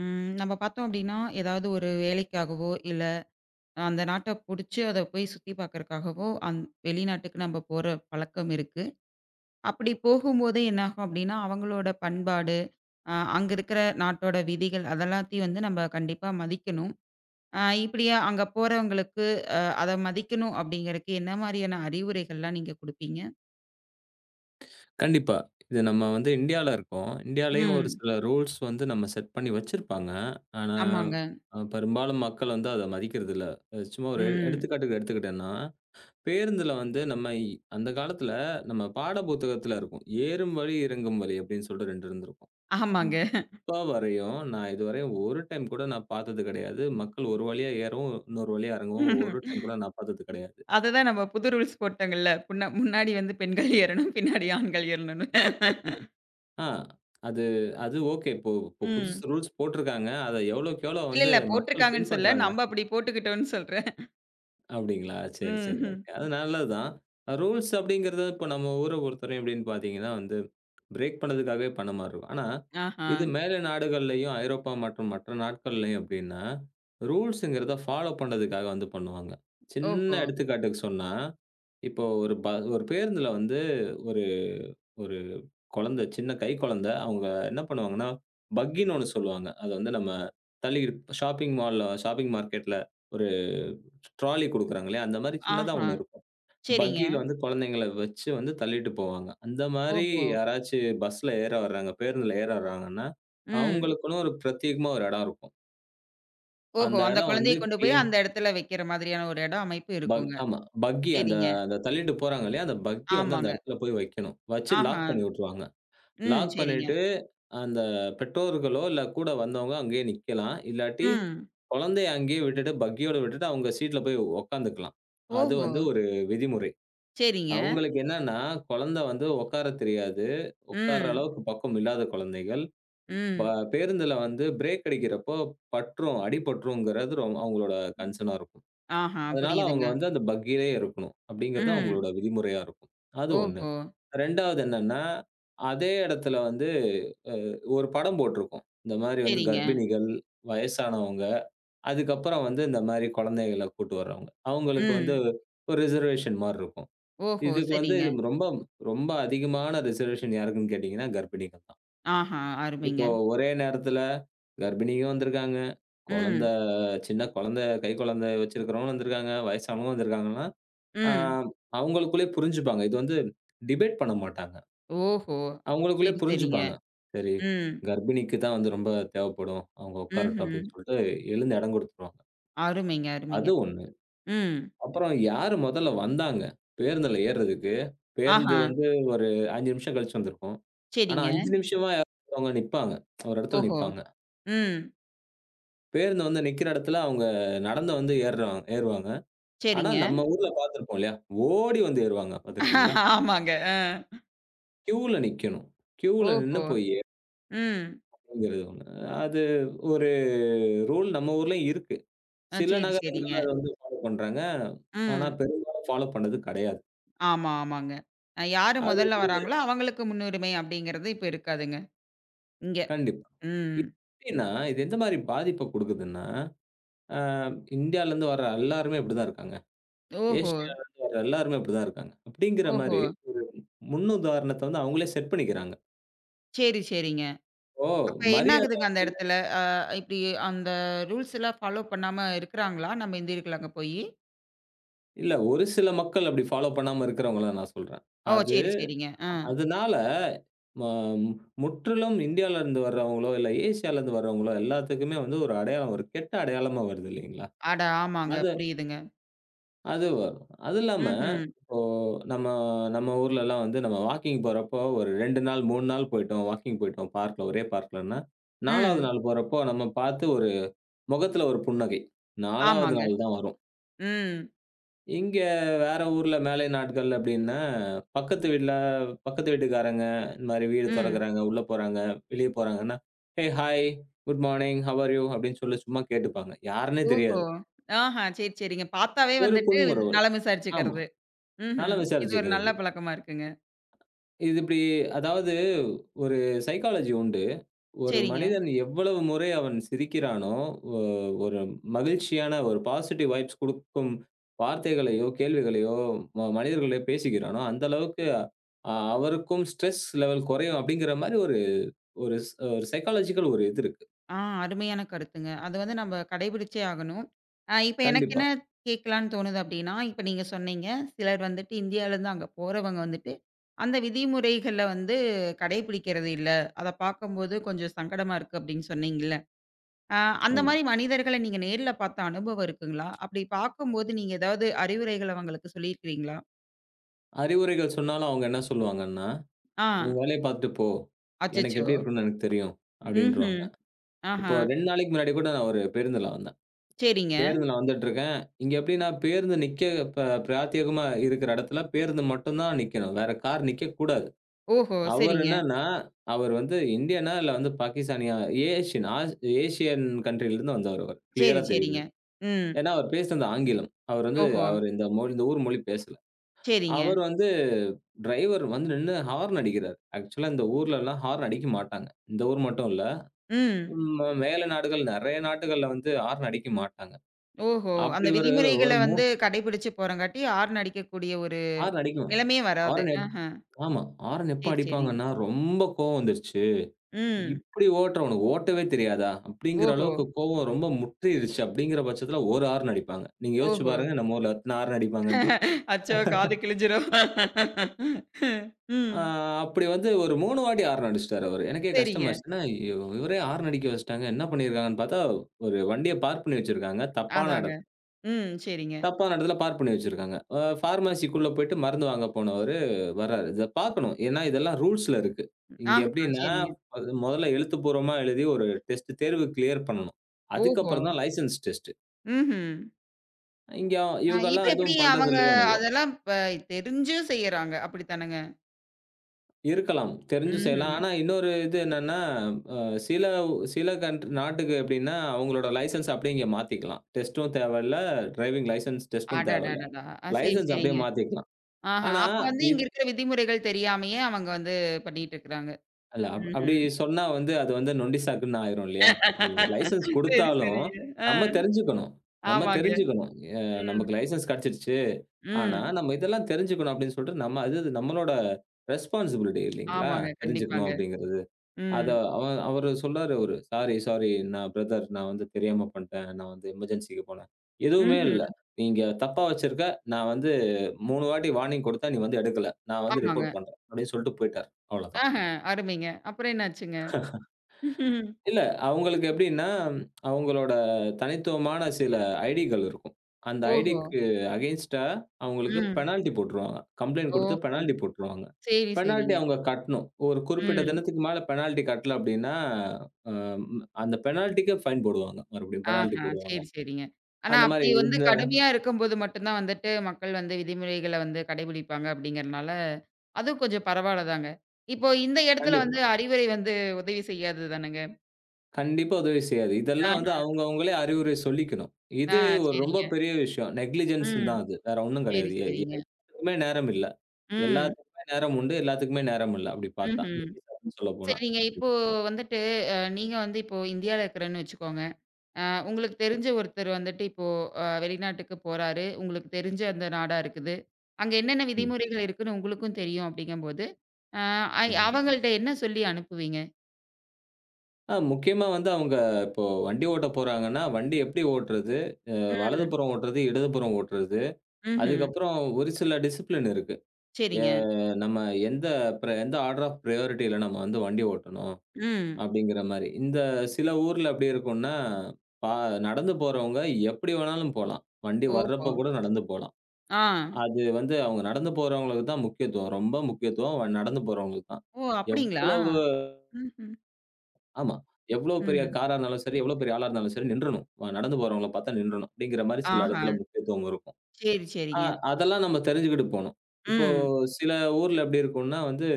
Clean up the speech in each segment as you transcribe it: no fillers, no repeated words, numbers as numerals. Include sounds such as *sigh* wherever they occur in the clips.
ம். நம்ம பார்த்தோம் அப்டின்னா, ஏதாவது ஒரு வேலைக்காகவோ, இல்ல அந்த நாட்ட புடிச்சு அத போய் சுத்தி பார்க்கறக்காகவோ, வெளிநாட்டுக்கு நம்ம போற பழக்கம் இருக்கு. அப்படி போகும்போதே என்ன ஆகும் அப்டின்னா, அவங்களோட பண்பாடு, அங்க இருக்கிற நாட்டோட விதிகள் அதெல்லாத்தையும் வந்து நம்ம கண்டிப்பா மதிக்கணும். இப்படியே அங்க போறவங்களுக்கு அத மதிக்கணும் அப்படிங்கறக்கு என்ன மாரியான அறிவுரைகள்லாம் நீங்க குடுப்பீங்க? கண்டிப்பா. இது நம்ம வந்து இந்தியால இருக்கோம். இந்தியாலயும் ஒரு ம். சில ரூல்ஸ் வந்து நம்ம செட் பண்ணி வச்சிருப்பாங்க. ஆனா, ஆமாங்க. பெரும்பாலும் மக்கள் வந்து அத மதிக்கிறதில்ல. சும்மா ஒரு ம். எடுத்துக்காட்டுக்கு எடுத்துக்கிட்டேன்னா, பேருந்துல வந்து நம்ம அந்த காலத்துல நம்ம பாட புத்தகத்துல இருக்கும். "ஏறும் வழி, இறங்கும் வழி" அப்படின்னு சொல்லிட்டு 2 இருந்திருக்கும். ஆமாங்க. இப்ப வரையும் நான் இதுவரையும் ஒரு டைம் கூட நான் பார்த்தது கிடையாது. மக்கள் ஒரு வழியா ஏறவும், இன்னொரு வழியா இறங்கவும் ஒரு டைம் கூட நான் பார்த்தது கிடையாது. அதுதான் நம்ம புது ரூல்ஸ் போட்டோங்கள்ல. முன்னாடி வந்து பெண்கள் ஏறணும், பின்னாடி ஆண்கள் ஏறணும்னு. ஆ. அது அது ஓகே. இப்போ இப்போ ம். புதுசு ரூல்ஸ் போட்டுருக்காங்க. அத எவ்வளோக்கு எவ்வளோ இல்ல, வந்து இல்ல மக்கள் போட்டிருக்காங்கன்னு சொல்லல. பின்பற்றாங்க நம்ம அப்படி போட்டுக்கிட்டோம்னு சொல்றேன். அப்டிங்களா? சரி, சரி. ம்ஹ்ம். ஓகே. அது நல்லதுதான். ரூல்ஸ் அப்டிங்கிறது இப்போ நம்ம ஊர பொறுத்தவரையும் எப்டின்னு பார்த்தீங்கன்னா வந்து, பிரேக் பண்ணதுக்காகவே பண்ண மாரி இருக்கும். ஆனா, ஆஹா. இது மேலை நாடுகள்லயும், ஐரோப்பா மற்றும் மற்ற நாட்கள்லயும் எப்டின்னா, ரூல்ஸ்ங்கிறத ஃபாலோ பண்றதுக்காக வந்து பண்ணுவாங்க. ஓஹோ! சின்ன எடுத்துக்காட்டுக்கு சொன்னா, இப்போ ஒரு ஒரு பேருந்துல வந்து ஒரு ஒரு குழந்தை, சின்ன கை குழந்தை. அவங்க என்ன பண்ணுவாங்கன்னா, பக்கின்னு ஒண்ணு சொல்லுவாங்க. அது வந்து நம்ம தள்ளி ஷாப்பிங் மால்ல, ஷாப்பிங் மார்க்கெட்ல ஒரு ட்ராலி குடுக்குறாங்க இல்லையா? அந்த மாரி சின்னதா ஆஹா. ஒண்ணு இருக்கும். சரிங்க. பக்கியில வந்து குழந்தைங்கள வச்சு வந்து தள்ளிட்டு போவாங்க. அந்த மாரி ஓஹோ! யாராச்சு பஸ்ல ஏற வர்றாங்க, பேருந்துல ஏற வர்றாங்கன்னா, ம். அவங்களுக்குன்னு ஒரு பிரத்யேகமா ஒரு இடம் இருக்கும். ஓஹோ! அந்த அந்த இடம் குழந்தைய வந்து கொண்டு போய் கிளீன் அந்த இடத்துல வைக்கிற மாதிரியான ஒரு இடம் அமைப்பு இருக்குங்க. ஆமா. பக்கி அந்த சரிங்க. அந்த தள்ளிட்டு போறாங்க இல்லையா? அந்த பக்கி வந்து அந்த ஆமாங்க. இடத்துல போய் வைக்கணும். வச்சு ஆஹா. லாக் பண்ணி விட்டுருவாங்க. ம். லாக் சரிங்க. பண்ணிட்டு அந்த பெற்றோர்களோ, இல்ல கூட வந்தவங்க அங்கேயே நிக்கலாம். இல்லாட்டி, ம். குழந்தைய அங்கேயே விட்டுட்டு, பக்கியோட விட்டுட்டு அவங்க சீட்ல போய் உட்காந்துக்கலாம். அது ஓஹோ! வந்து ஒரு விதிமுறை. சரிங்க. அவங்களுக்கு என்னன்னா, குழந்தை வந்து உட்கார தெரியாது. உட்கார ம். அளவுக்கு பக்குவம் இல்லாத குழந்தைகள், ப ம். பேருந்துல வந்து பிரேக் அடிக்கிறப்போ பற்றும், அடிபட்டுருங்கிறது அவங்களோட கன்சர்னா இருக்கும். ஆஹா. அதனால புரியுதுங்க. அவங்க வந்து அந்த பக்கியிலேயே இருக்கணும். அப்படிங்கிறது ம். அவங்களோட விதிமுறையா இருக்கும். அது 1. ஓஹோ! 2வது என்னன்னா, அதே இடத்துல வந்து ஒரு படம் போட்டிருக்கும். இந்த மாரி வந்து சரிங்க. கர்ப்பிணிகள், வயசானவங்க, அதுக்கப்புறம் வந்து இந்த மாரி குழந்தைகள கூட்டு வர்றவங்க. அவங்களுக்கு வந்து ம். ஒரு ரிசர்வேஷன் மாரி இருக்கும். ஓஹோ! இதுக்கு வந்து சரிங்க. இது ரொம்ப ரொம்ப அதிகமான ரிசர்வேஷன் யாருக்குன்னு கேட்டீங்கன்னா, கர்ப்பிணிகள் தான். ஆஹா! அருமைங்க. இப்போ ஒரே நேரத்தில கர்ப்பிணியும் வந்திருக்காங்க, குழந்தை ம், சின்ன குழந்தை கை குழந்தை வச்சிருக்கிறவங்களும் வந்திருக்காங்க, வயசானவங்களும் வந்திருக்காங்கன்னா, ஆ ம். அவங்களுக்குள்ளேயே புரிஞ்சுப்பாங்க. இது வந்து டிபேட் பண்ண மாட்டாங்க. ஓஹோ! அவங்களுக்குள்ளயே சரி, சரிங்க. புரிஞ்சுப்பாங்க. சரி, ம், கர்ப்பிணிக்கு தான் வந்து ரொம்ப தேவைப்படும். அவங்க உட்காரட்டும் ம்ஹ்ம். அப்படின்னு சொல்லிட்டு எழுந்து இடம் குடுத்துருவாங்க. அருமைங்க, அருமைங்க. அது ஒண்ணு. ம். அப்புறம் யாரு முதல்ல வந்தாங்க பேருந்துல ஏறுறதுக்கு, பேருந்து ஆஹா! வந்து ஒரு 5 நிமிஷம் கழிச்சு வந்திருக்கும். ஆனா சரிங்க. 5 நிமிஷமா யாரோ அவங்க நிப்பாங்க. ஒரு இடத்துல ஓஹோ! நிப்பாங்க. ம். பேருந்து வந்து நிக்கிற இடத்துல அவங்க நடந்து வந்து ஏறுவாங்க. ஆனா சரிங்க. நம்ம ஊர்ல பார்த்திருப்போம் இல்லையா? ஓடி வந்து ஏறுவாங்க பார்த்திருக்கீங்களா? ஆமாங்க. அ. கியூல நிக்கணும். கியூல ஓஹோ! நின்னு போய் ம். ஏறணுங்கிறது ஒண்ணு. அது ஒரு ரூல் நம்ம ஊர்லயும் இருக்கு. அ சில சரி, சரிங்க. நகரங்கள்ல அத வந்து ஃபாலோ பண்றாங்க. ஆனா, ம். பெரும்பாலும் ஃபாலோ பண்ணது கெடையாது. ஆமா, ஆமாங்க. யாரு அது முதல்ல வராங்களோ அவங்களுக்கு முன்னுரிமை அப்படிங்கிறது இப்ப இருக்காதுங்க, இங்க. கண்டிப்பா. ம். எப்டின்னா, இது எந்த மாரி பாதிப்ப குடுக்குதுன்னா, அ இந்தியாலருந்து வர்ற எல்லாருமே இப்டிதான் இருக்காங்க. ஓஹோ! ஏசியாலருந்து வர்ற எல்லாருமே இப்டிதான் இருக்காங்க. அப்டிங்கிற ஓஹோ! மாரி ஒரு முன்னுதாரணத்த வந்து அவங்களே செட் பண்ணிக்கிறாங்க. சரி, சரிங்க. ஓ! அப்ப என்ன மரியாத ஆகுதுங்க அந்த இடத்துல? அ இப்டி அந்த ரூல்ஸ் எல்லாம் ஃபாலோ பண்ணாம இருக்குறாங்களா? நம்ம இந்தியர்கள் அங்க போயி? இல்ல ஒரு சில மக்கள் அப்டி ஃபாலோ பண்ணாம இருக்கிறவங்கள நான் சொல்றேன். ஓ! அது சரி, சரிங்க. அ. அதனால ம முற்றிலும் இந்தியாலருந்து வர்றவங்களோ, இல்ல ஏசியாலருந்து வர்றவங்களோ எல்லாத்துக்குமே வந்து ஒரு அடையாளம், ஒரு கெட்ட அடையாளமா வருது இல்லைங்களா? அட ஆமாங்க. அது புரியுதுங்க. அது வரும். அது இல்லாம, ம்ஹ்ம். இப்போ நம்ம நம்ம ஊர்லலாம் வந்து நம்ம வாக்கிங் போறப்போ ஒரு 2 நாள், 3 நாள் போயிட்டோம். வாக்கிங் போயிட்டோம் பார்க்ல, ஒரே பார்க்லன்னா, 4வது ம். நாள் போறப்போ நம்ம பார்த்து ஒரு முகத்துல ஒரு புன்னகை. 4வது ஆமாங்க. நாள் தான் வரும். ம். இங்க வேற ஊர்ல மேலை நாட்கள் அப்டின்னா, பக்கத்து வீட்ல பக்கத்து வீட்டுக்காரங்க இந்த மாரி வீடு ம். தொறக்குறாங்க, உள்ள போறாங்க, வெளிய போறாங்கன்னா, "hey hi, good morning, how are you?" அப்டின்னு சொல்லி சும்மா கேட்டுப்பாங்க. யாருன்னே ஓஹோ! தெரியாது. ஆஹா. சரி, சரிங்க. பாத்தாவே ஒரு வந்துட்டு புன்முறுவல். நலம் ஆமா. விசாரிச்சுக்கிறது. நல்லா ம்ஹ்ம். இது ஒரு நல்ல விசாரிச்சுக்கிறது. பழக்கமா இருக்குங்க. இது இப்டி அதாவது ஒரு சைக்காலஜி உண்டு. ஒரு சரிங்க. மனிதன் எவ்வளவு முறை அவன் சிரிக்கிறானோ, ஒ ஒரு மகிழ்ச்சியான ஒரு பாசிட்டிவ் வைப்ஸ் குடுக்கும் வார்த்தைகளையோ, கேள்விகளையோ, மனிதர்களையோ பேசுகிறானோ, அந்த அளவுக்கு அவருக்கும் ஸ்ட்ரெஸ் லெவல் குறையும் அப்டிங்கிற மாரி ஒரு ஒரு ஸ் ஒரு சைக்காலஜிக்கல் ஒரு இது இருக்கு. ஆ அருமையான கருத்துங்க. அது வந்து நம்ம கடைபிடிச்சே ஆகணும். இப்ப எனக்கு கண்டிப்பா. என்ன கேட்கலான்னு தோணுது அப்டின்னா, இப்ப நீங்க சொன்னீங்க, சிலர் வந்துட்டு இந்தியாலருந்து அங்க போறவங்க வந்துட்டு, அந்த விதிமுறைகள்ல வந்து கடைபிடிக்கிறது இல்ல. அத பார்க்கும்போது கொஞ்சம் சங்கடமா இருக்கு அப்டின்னு சொன்னீங்கல்ல. அ அந்த ஆமா. மாரி மனிதர்கள நீங்க நேர்ல பார்த்த அனுபவம் இருக்குங்களா? அப்டி பார்க்கும்போது நீங்க ஏதாவது அறிவுரைகள் அவங்களுக்கு சொல்லியிருக்கிறீங்களா? அறிவுரைகள் சொன்னாலும் அவங்க என்ன சொல்லுவாங்கன்னா, ஆ. "உன் வேலைய பார்த்துட்டு போ. எனக்கு அச்சச்சோ! எப்டி இருக்கும்னு எனக்கு தெரியும்" அப்டின்ருவாங்க. ம்ஹ்ம். ஆஹா. இப்போ 2 நாளைக்கு முன்னாடி கூட நான் ஒரு பேருந்துல வந்தேன். சரிங்க. பேருந்துல வந்துட்டுருக்கேன். இங்க எப்படின்னா பேருந்து நிக்க ப பிரத்தியேகமா இருக்கிற இடத்துல பேருந்து மட்டும் தான் நிக்கணும். வேற கார் நிக்கக்கூடாது. ஓஹோ! அவரு சரிங்க. என்னன்னா, அவரு வந்து இந்தியனா இல்ல வந்து பாகிஸ்தானியா? ஏஷியன் ஆஸ் ஏசியன் கண்ட்ரிலருந்து வந்தவரு அவரு. சரி, கிளியரா சரிங்க. தெரியுது. ம். ஏன்னா, அவர் பேசுனது ஆங்கிலம். அவர் வந்து ஓஹோ! அவரு இந்த மொழி இந்த ஊர் மொழி பேசல. சரிங்க. அவர் வந்து டிரைவர் வந்து நின்னு ஹார்ன் அடிக்கிறாரு. ஆக்சுவலா இந்த ஊர்லலாம் ஹார்ன் அடிக்க மாட்டாங்க. இந்த ஊர் மட்டும் இல்ல. ம். மேல நாடுகள் நெறைய நாட்டுகள்ல வந்து ஹார்ன் அடிக்க மாட்டாங்க. ஓஹோ! அந்த அப்படி ஒரு விதிமுறைகள ஒரு மூ வந்து கடைபிடிச்சு போறங்காட்டி, ஹார்ன் அடிக்கக்கூடிய ஒரு ஹாரன் அடிக்கலாம். நிலைமையே வராது. ஹாரன் எப் ஆஹ. ஆமா. ஹாரன் எப்ப சரி, சரி. அடிப்பாங்கன்னா, ரொம்ப கோவம் வந்துருச்சு. ம். "இப்படி ஓட்டுற உனக்கு ஓட்டவே தெரியாதா?" அப்படிங்கிற ஓஹோ! அளவுக்கு கோவம் ரொம்ப முற்றிருச்சு அப்படிங்கிற பட்சத்தில 1 ஹாரன் அடிப்பாங்க. நீங்க யோசிச்சு ஓஹோ! பாருங்க நம்ம ஊர்ல எத்தன ஹாரன் அடிப்பாங்கன்ட்டு. அச்சோ! காது கிழிஞ்சிரும். ஆ ம். அப்படி வந்து ஒரு 3 வாட்டி ஹாரன் அடிச்சுட்டாரு அவரு. எனக்கே சரிங்க. கஷ்டமாயிருச்சு. என்ன இவரே ஹாரன் அடிக்க வச்சுட்டாங்க. என்ன பண்ணியிருக்காங்கன்னு பார்த்தா, ஒரு வண்டிய பார்க் பண்ணி வச்சிருக்காங்க. தப்பான அதாங்க. இடத்துல. ம். சரிங்க. தப்பான இடத்துல பார்க் பண்ணி வச்சிருக்காங்க. பார்மசிக்குள்ள போயிட்டு மருந்து வாங்க போனவரு வர்றாரு. இத பார்க்கணும். ஏன்னா இதெல்லாம் ரூல்ஸ்ல இருக்கு. இங்க ஆஹா! எப்படின்னா, சரிங்க. அது முதல்ல எழுத்துப்பூர்வமா எழுதி ஒரு டெஸ்ட் தேர்வு கிளியர் பண்ணணும். ஓஹோ! அதுக்கப்புறம் தான் லைசென்ஸ் டெஸ்ட். ம்ஹ்ம். இங்க இப்ப இவங்கலாம் எப்படி எதுவும் பண்றது அவங்க இல்லையோ என்னவோ? அதெல்லாம் தெரிஞ்சும் செய்யறாங்க. அப்படித்தானங்க? இருக்கலாம். தெரிஞ்சு செய்யலாம். ம்ஹ்ம். ஆனா இன்னொரு இது என்னன்னா, அ சில சில கன்ட் நாட்டுக்கு எப்படின்னா, அவங்களோட லைசென்ஸ் அப்படியே இங்க மாத்திக்கலாம். டெஸ்ட்டும் தேவையில்ல, டிரைவிங் லைசென்ஸ் டெஸ்ட்டும் தேவையில்ல. அடடடடா! அ சரி, லைசென்ஸ் அப்படியே சரிங்க. மாத்திக்கலாம். ஆஹா. ஆனா, அப்ப வந்து இங்க இத் இருக்கிற விதிமுறைகள் தெரியாமயே அவங்க வந்து பண்ணிட்டு இருக்கிறாங்க. அல்ல. அப்படி ம்ஹ்ம். சொன்னா வந்து அது வந்து நொண்டி சாக்குன்னு ஆயிரும் இல்லையா? இது லைசென்ஸ் சரி, குடுத்தாலும் சரிங்க. ஆ. நம்ம தெரிஞ்சுக்கணும். நம்ம ஆமாங்க. தெரிஞ்சுக்கணும். எ ம். நமக்கு லைசென்ஸ் கெடச்சிருச்சு. ஆனா, ம். நம்ம இதெல்லாம் தெரிஞ்சுக்கணும் அப்படின்னு சொல்லிட்டு நம்ம அது அது நம்மளோட ரெஸ்பான்சிபிலிட்டி இல்லைங்களா? ஆமாங்க. தெரிஞ்சுக்கணும் கண்டிப்பாங்க. அப்படிங்கிறது. அத ம். அவ அவரு சொல்றாரு அவரு. "சாரி, சாரி நான் பிரதர் நான் வந்து தெரியாம பண்ட்டேன். நான் வந்து எமர்ஜென்சிக்கு போனேன்." எதுவுமே ம்ஹ்ம். இல்ல. "நீங்க தப்பா வச்சிருக்க. நான் வந்து 3 வாட்டி வார்னிங் குடுத்தேன். நீ வந்து எடுக்கல. நான் வந்து ஆமாங்க. ரிப்போர்ட் பண்றேன்." அப்படின்னு சொல்லிட்டு போயிட்டாரு. அவ்வளதான். ஆஹ. அருமைங்க. அப்புறம் என்னாச்சுங்க? இல்ல. அவங்களுக்கு எப்படின்னா, அவங்களோட தனித்துவமான சில ஐடிகள் இருக்கும். அந்த ஓஹோ! ஐடிக்கு அகைன்ஸ்ட்டா அவங்களுக்கு ம். பெனால்டி போட்டுருவாங்க. கம்ப்ளைண்ட் குடுத்து ஓஹோ! பெனால்டி போட்டுருவாங்க. சரி, பெனால்டி சரிங்க. அவங்க கட்டணும். ஒரு குறிப்பிட்ட ம். தினத்துக்கு மேல பெனால்டி கட்டல அப்படின்னா, அ அந்த பெனால்டிக்கு ஃபைன் போடுவாங்க. மறுபடியும் பெனால்டி ஆஹா. போடுவாங்க. சரி, சரிங்க. ஆனா, அந்த மாரி அப்படி வந்து இந்த கடுமையா இருக்கும்போது மட்டும் தான் வந்துட்டு மக்கள் வந்து விதிமுறைகள வந்து கடைபிடிப்பாங்க அப்படிங்கிறனால, அதுவும் கொஞ்சம் பரவால்ல தாங்க. இப்போ இந்த இடத்துல வந்து கண்டிப்பா, அறிவுரை வந்து உதவி செய்யாது தானங்க. கண்டிப்பா உதவி செய்யாது. இதெல்லாம் வந்து ஆஹ. அவங்க அவங்களே அறிவுரை சொல்லிக்கணும். ஆ இது ஒரு ரொம்ப சரிங்க. பெரிய விஷயம். நெக்லிஜென்ஸ்ன்னு ம். தான் அது. வேற ஒண்ணும் சரி, கிடையாது. சரிங்க. க்குமே நேரம் இல்ல. ம். எல்லாத்துக்குமே நேரம் உண்டு. எல்லாத்துக்குமே நேரம் இல்ல. அப்படி பார்த்தா. ம்ஹ்ம். *unintelligible* சொல்லப்போனா. சரிங்க. இப்போ வந்துட்டு நீங்க வந்து இப்போ இந்தியால இருக்கிறேன்னு வச்சுக்கோங்க. அ உங்களுக்கு தெரிஞ்ச ஒருத்தர் வந்துட்டு இப்போ வெளிநாட்டுக்கு போறாரு. உங்களுக்கு தெரிஞ்ச அந்த நாடா இருக்குது. அங்க என்னென்ன ம். விதிமுறைகள் இருக்குன்னு உங்களுக்கும் தெரியும் அப்படிங்கம்போது, அ ஐ ம். அவங்கள்ட்ட என்ன சொல்லி அனுப்புவீங்க? முக்கியமா வந்து அவங்க இப்போ வண்டி ஓட்ட போறாங்கன்னா, வண்டி எப்படி ஓட்டுறது? ம். வலதுபுறம் ஓட்டுறது, இடதுபுறம் ஓட்டுறது. ம்ஹ்ம். அதுக்கப்புறம் ஒரு சில டிசிப்ளின் இருக்கு. எ சரிங்க. நம்ம எந்த எந்த ஆர்டர் ஆஃப் பிரையாரிட்டில நம்ம வந்து வண்டி ஓட்டணும், ம். அப்படிங்கிற மாரி. இந்த சில ஊர்ல எப்படி இருக்கும்னா, பா நடந்து போறவங்க எப்படி வேணாலும் போலாம். வண்டி ஓஹோ! வர்றப்ப கூட நடந்து போலாம். ஆ. அது வந்து அவங்க நடந்து போறவங்களுக்கு தான் முக்கியத்துவம். ரொம்ப முக்கியத்துவம் நடந்து போறவங்களுக்கு தான். ஓ! அப்படிங்களா? எவ்வளவு ம்ஹ்ம். ஆமா. எவ்வளோ பெரிய ம். காரா இருந்தாலும் சரி, எவ்வளோ பெரிய ஆளா இருந்தாலும் சரி நின்றணும். நடந்து போறவங்கள பார்த்தா நின்றணும். அப்படிங்கிற மாரி சில ஆஹா. இடத்துல முக்கியத்துவம் இருக்கும். சரி, அ சரிங்க. அதெல்லாம் நம்ம தெரிஞ்சுக்கிட்டு போணும். இப்போ ம். சில ஊர்ல எப்படி இருக்கும்னா வந்து,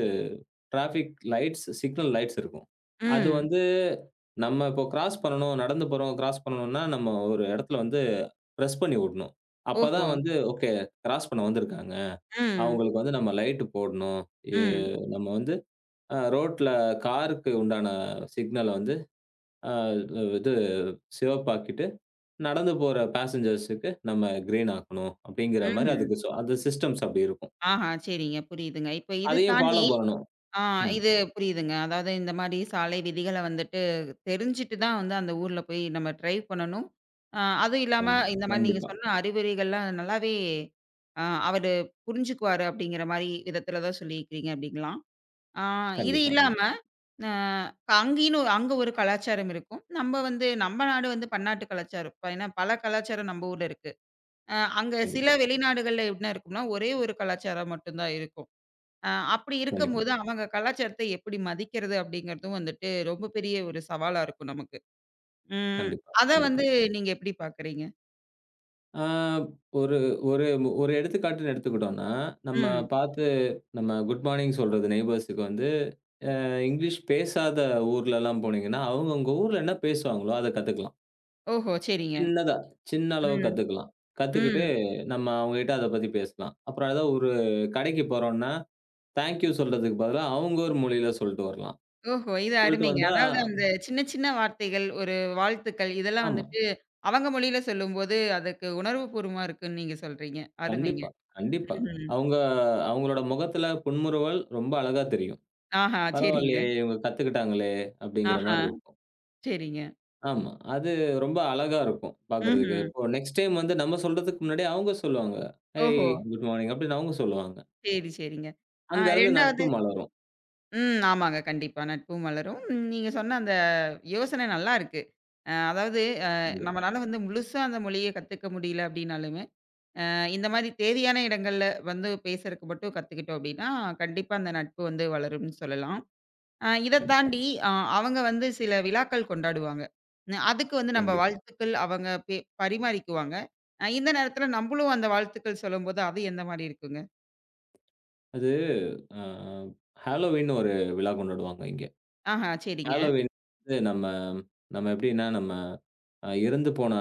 டிராஃபிக் லைட்ஸ், சிக்னல் லைட்ஸ் இருக்கும். அது ம். வந்து நம்ம இப்போ கிராஸ் பண்ணணும், நடந்து போறவங்க கிராஸ் பண்ணணும்னா, நம்ம ஒரு இடத்துல வந்து பிரஸ் பண்ணி விடணும். ஓஹோ! அப்பதான் வந்து ஓகே கிராஸ் பண்ண வந்திருக்காங்க. ம். அவங்களுக்கு வந்து நம்ம லைட் போடணும். எ ம். நம்ம வந்து ரோட்ல காருக்கு உண்டான சிக்னல வந்து அ இது சிவப்பாக்கிட்டு, நடந்து போற பேசஞ்சர்ஸுக்கு நம்ம கிரீன் ஆக்கணும். அப்படிங்கிற மாரி ம்ஹ்ம். அதுக்கு அது சிஸ்டம்ஸ் அப்படி இருக்கும். ஆஹா, சரிங்க. புரியுதுங்க. இப்ப இது அதையும் ஃபாலோ தாண்டி பண்ணணும். ஆ ம். இது புரியுதுங்க. அதாவது இந்த மாரி சாலை விதிகள வந்துட்டு தெரிஞ்சுட்டு தான் வந்து அந்த ஊர்ல போய் நம்ம டிரைவ் பண்ணணும். அதுவும் இல்லாம ஆமா. இந்த மாரி நீங்க கண்டிப்பா. சொன்ன அறிவுரைகள்லாம் நல்லாவே அவரு புரிஞ்சுக்குவாரு அப்படிங்கிற மாரி விதத்துல தான் சொல்லியிருக்கிறீங்க அப்படிங்களா? ஆ இது கண்டிப்பா, இல்லாம கண்டிப்பா, அ அங்கேன்னு அங்க ஒரு கலாச்சாரம் இருக்கும். நம்ம வந்து நம்ம நாடு வந்து பன்னாட்டு கலாச்சாரம். இப்ப ஏன்னா பல கலாச்சாரம் நம்ம ஊர்ல இருக்கு. அங்க சில கண்டிப்பா, வெளிநாடுகள்ல என்ன இருக்கும்னா, ஒரே ஒரு கலாச்சாரம் மட்டும் தான் இருக்கும். அ அப்படி கண்டிப்பா, இருக்கும்போது, அவங்க கலாச்சாரத்த எப்படி மதிக்கிறது அப்படிங்கிறதும் வந்துட்டு ரொம்ப பெரிய ஒரு சவாலா இருக்கும் நமக்கு. ம். கண்டிப்பா, அத கண்டிப்பா. வந்து நீங்க எப்படி பார்க்குறீங்க? ஆ ஒரு ஒரு ஒரு எடுத்துக்காட்டுன்னு எடுத்துக்கிட்டோம்னா, நம்ம ம். பார்த்து நம்ம குட் மார்னிங் சொல்றது நெய்பர்ஸுக்கு வந்து இங்கிலீஷ் பேசாத ஊர்லலாம் போனீங்கன்னா, அவங்க அவங்க ஊர்ல என்ன பேசுவாங்களோ, அத கத்துக்கலாம். ஓஹோ! சரிங்க. சின்னதா, சின்ன அளவு ம். கத்துக்கலாம். கத்துக்கிட்டு ம். நம்ம அவங்ககிட்ட அத பத்தி பேசலாம். அப்புறம் ஏதாவது ஒரு கடைக்கு போறோம்னா, தேங்க் யூ சொல்றதுக்கு பதிலா அவங்க ஒரு மொழியில சொல்லிட்டு வரலாம். ஓஹோ! இது சொல்லிட்டு அருமைங்க. வந்தா அதாவது அந்த சின்ன சின்ன வார்த்தைகள், ஒரு வாழ்த்துக்கள் இதெல்லாம் ஆமா. வந்துட்டு அவங்க மொழியில சொல்லும்போது, அதுக்கு உணர்வுபூர்வமா இருக்குன்னு நீங்க சொல்றீங்க. அருமைங்க. கண்டிப்பா, கண்டிப்பா. ம்ஹ்ம். அவங்க அவங்களோட முகத்துல புன்முறுவல் ரொம்ப அழகா தெரியும். ஆஹா! சரிங்க. பரவாயில்லையே! இவங்க கத்துக்கிட்டாங்களே! அப்படிங்கிற ஆஹா! மாரி இருக்கும். சரிங்க. ஆமா. அது ரொம்ப அழகா இருக்கும் பார்க்கறதுக்கு. ம்ஹ்ம். இப்போ நெக்ஸ்ட் டைம் வந்து நம்ம சொல்றதுக்கு முன்னாடியே அவங்க சொல்லுவாங்க. "ஹேய், ஓஹோ! குட் மார்னிங்" அப்படின்னு அவங்க சொல்லுவாங்க. சரி, சரிங்க. ஆ அங்க இருந்து 2வது நட்பு மலரும். ம். ஆமாங்க. கண்டிப்பா. நட்பும் மலரும். ம், நீங்க சொன்ன அந்த யோசனை நல்லா இருக்கு. அதாவது அ கண்டிப்பா, நம்மளால வந்து முழுசா அந்த மொழிய கத்துக்க முடியல அப்படின்னாலுமே, இந்த மாரி தேவையான இடங்கள்ல வந்து பேசுறதுக்கு மட்டும் கத்துக்கிட்டோம் அப்படின்னா, கண்டிப்பா அந்த நட்பு வந்து வளரும்னு சொல்லலாம். இத கண்டிப்பா, தாண்டி அ அவங்க வந்து சில விழாக்கள் கொண்டாடுவாங்க. ம் அதுக்கு வந்து நம்ம கண்டிப்பா. வாழ்த்துக்கள் அவங்க பரிமாறிக்குவாங்க. இந்த நேரத்தில நம்பளும் அந்த வாழ்த்துக்கள் சொல்லும்போது, அது எந்த மாரி இருக்குங்க? அது அ ஹாலோவீன்னு ஒரு விழா கொண்டாடுவாங்க இங்க. ஆஹா, சரிங்க. ஹாலோவீன் வந்து நம்ம நம்ம எப்படின்னா, நம்ம இறந்து போன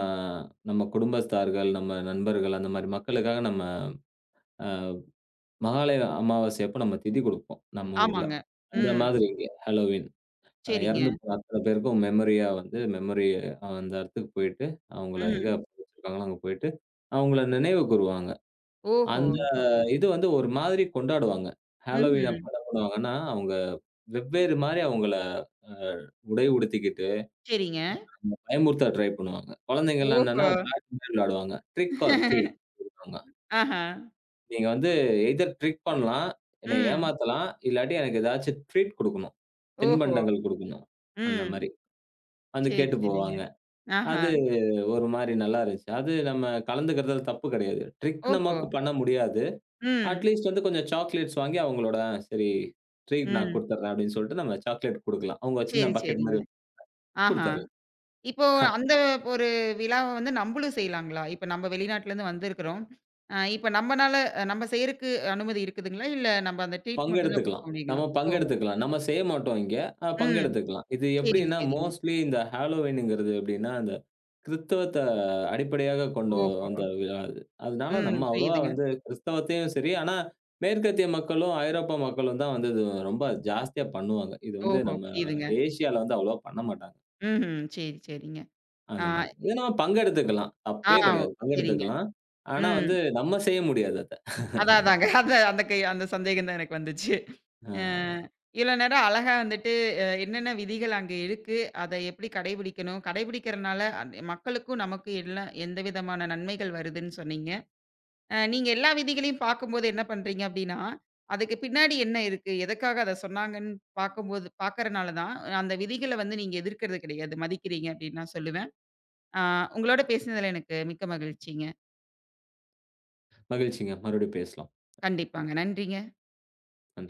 நம்ம குடும்பஸ்தார்கள், நம்ம நண்பர்கள் அந்த மாரி மக்களுக்காக நம்ம அ மகாலய அமாவாசை அப்ப நம்ம திதி குடுப்போம், நம்ம ஊர்ல. ஆமாங்க. அந்த ம். மாதிரி இங்க ஹாலோவீன். சரிங்க. இறந்து போன அத்தன பேருக்கும் மெமரியா வந்து அந்த இடத்துக்கு போயிட்டு, அவங்கள எங்க ம். புதைச்சிருக்காங்களோ அங்க போயிட்டு, அவங்கள நினைவு கூருவாங்க. ஓஹோ! அந்த இது வந்து ஒரு மாதிரி கொண்டாடுவாங்க. ஹாலோவீன் அப்ப ம்ஹ்ம். என்ன பண்ணுவாங்கன்னா, அவங்க வெவ்வேறு மாரி அவங்கள அ உடை உடுத்திக்கிட்டு, சரிங்க. அவங்கள பயமுறுத்த ட்ரை பண்ணுவாங்க. குழந்தைங்கலாம் என்னன்னா ஓஹோ! விளையாட்டு மாரி விளையாடுவாங்க. ட்ரிக் ஆர் ட்ரீட் ன்னுவாங்க. ஆஹா. நீங்க வந்து எய்தர் ட்ரிக் பண்ணலாம், என்னை ம். ஏமாத்தலாம், இல்லாட்டி எனக்கு ஏதாச்சும் ட்ரீட் குடுக்கணும். ஓஹோ! தின்பண்டங்கள் குடுக்கணும். அந்த ம். மாரி. வந்து சரி, கேட்டு சரிங்க. போவாங்க. ஆஹா. அது ஒரு மாரி நல்லா இருந்துச்சு. அது நம்ம கலந்துக்கிறதுல தப்பு கிடையாது. ட்ரிக் ஓஹோ! நமக்கு பண்ண முடியாது. ம். அட்லீஸ்ட் வந்து கொஞ்சம் சாக்லேட்ஸ் வாங்கி அவங்களோட சரி ட்ரீட் நான் ம். குடுத்துர்றேன் அப்படின்னு சொல்லிட்டு நம்ம சாக்லேட் குடுக்கலாம். அவங்க சின்ன சரி, பக்கெட் சரிங்க. மாரி ஆஹா. குடுத்துர்லாம். இப்போ அந்த ஒரு விழாவ வந்து நம்பளும் செய்யலாங்களா? இப்ப நம்ம வெளிநாட்டுலருந்து வந்திருக்கிறோம். இப்ப நம்மனால நம்ம செய்யறக்கு அனுமதி இருக்குதுங்களா? இல்ல நம்ம அந்த ட்ரீட் மட்டும் தான் குடுக்க பங்கெடுத்துக்கலாம். முடியுங்களா? நம்ம ஓஹோ! பங்கெடுத்துக்கலாம். நம்ம செய்ய மாட்டோம் இங்க. ம். பங்கெடுத்துக்கலாம். இது சரி, எப்படின்னா, சரிங்க. மோஸ்ட்லி இந்த ஹாலோவீன்ங்கிறது எப்படின்னா, அந்த கிறிஸ்தவத்த அடிப்படையாகக் கொண்டு ஓஹோ! வந்த விழா அது. அதனால ம். நம்ம அவ்வளவா புரியுதுங்க. வந்து கிறிஸ்தவத்தையும் சரி, ஆனா மேற்கத்திய மக்களும், ஐரோப்பா மக்களும் தான் வந்து இது ரொம்ப ஜாஸ்தியா பண்ணுவாங்க. இது வந்து ஓஹோ! நம்ம புரியுதுங்க. ஏசியால வந்து அவ்வளவா பண்ண மாட்டாங்க, ம்ஹ்ம். சரி, சரிங்க. ஆ அந்த மாரி. இத நம்ம பங்கெடுத்துக்கலாம். ஆ தப்பே கெடையாது. சரிங்க. பங்கெடுத்துக்கலாம். ஆனா ம். வந்து நம்ம செய்ய முடியாது அத. அதான், அதாங்க. அந்த அந்த கை அந்த சந்தேகம் தான் எனக்கு வந்துச்சு. அ அ இவ்வளோ நேரம் அழகா வந்துட்டு என்னென்ன விதிகள் அங்க இருக்கு, அத எப்படி கடைபிடிக்கணும், கடைபிடிக்கிறனால அந்த மக்களுக்கும் நமக்கும் எல்லாம் எந்த விதமான நன்மைகள் வருதுன்னு சொன்னீங்க. நீங்க எல்லா விதிகளையும் பார்க்கும்போது என்ன பண்றீங்க அப்படின்னா, அதுக்கு பின்னாடி என்ன இருக்கு, எதுக்காக அத சொன்னாங்கன்னு பார்க்கறனால தான் அந்த விதிகள வந்து நீங்க எதிர்க்கிறது கிடையாது, மதிக்கிறீங்க அப்படின்னு நான் சொல்லுவேன். அ உங்களோட பேசினதுல எனக்கு மிக்க மகிழ்ச்சிங்க. மகிழ்ச்சிங்க. மறுபடியும் பேசலாம். கண்டிப்பாங்க. நன்றிங்க. நன்றி.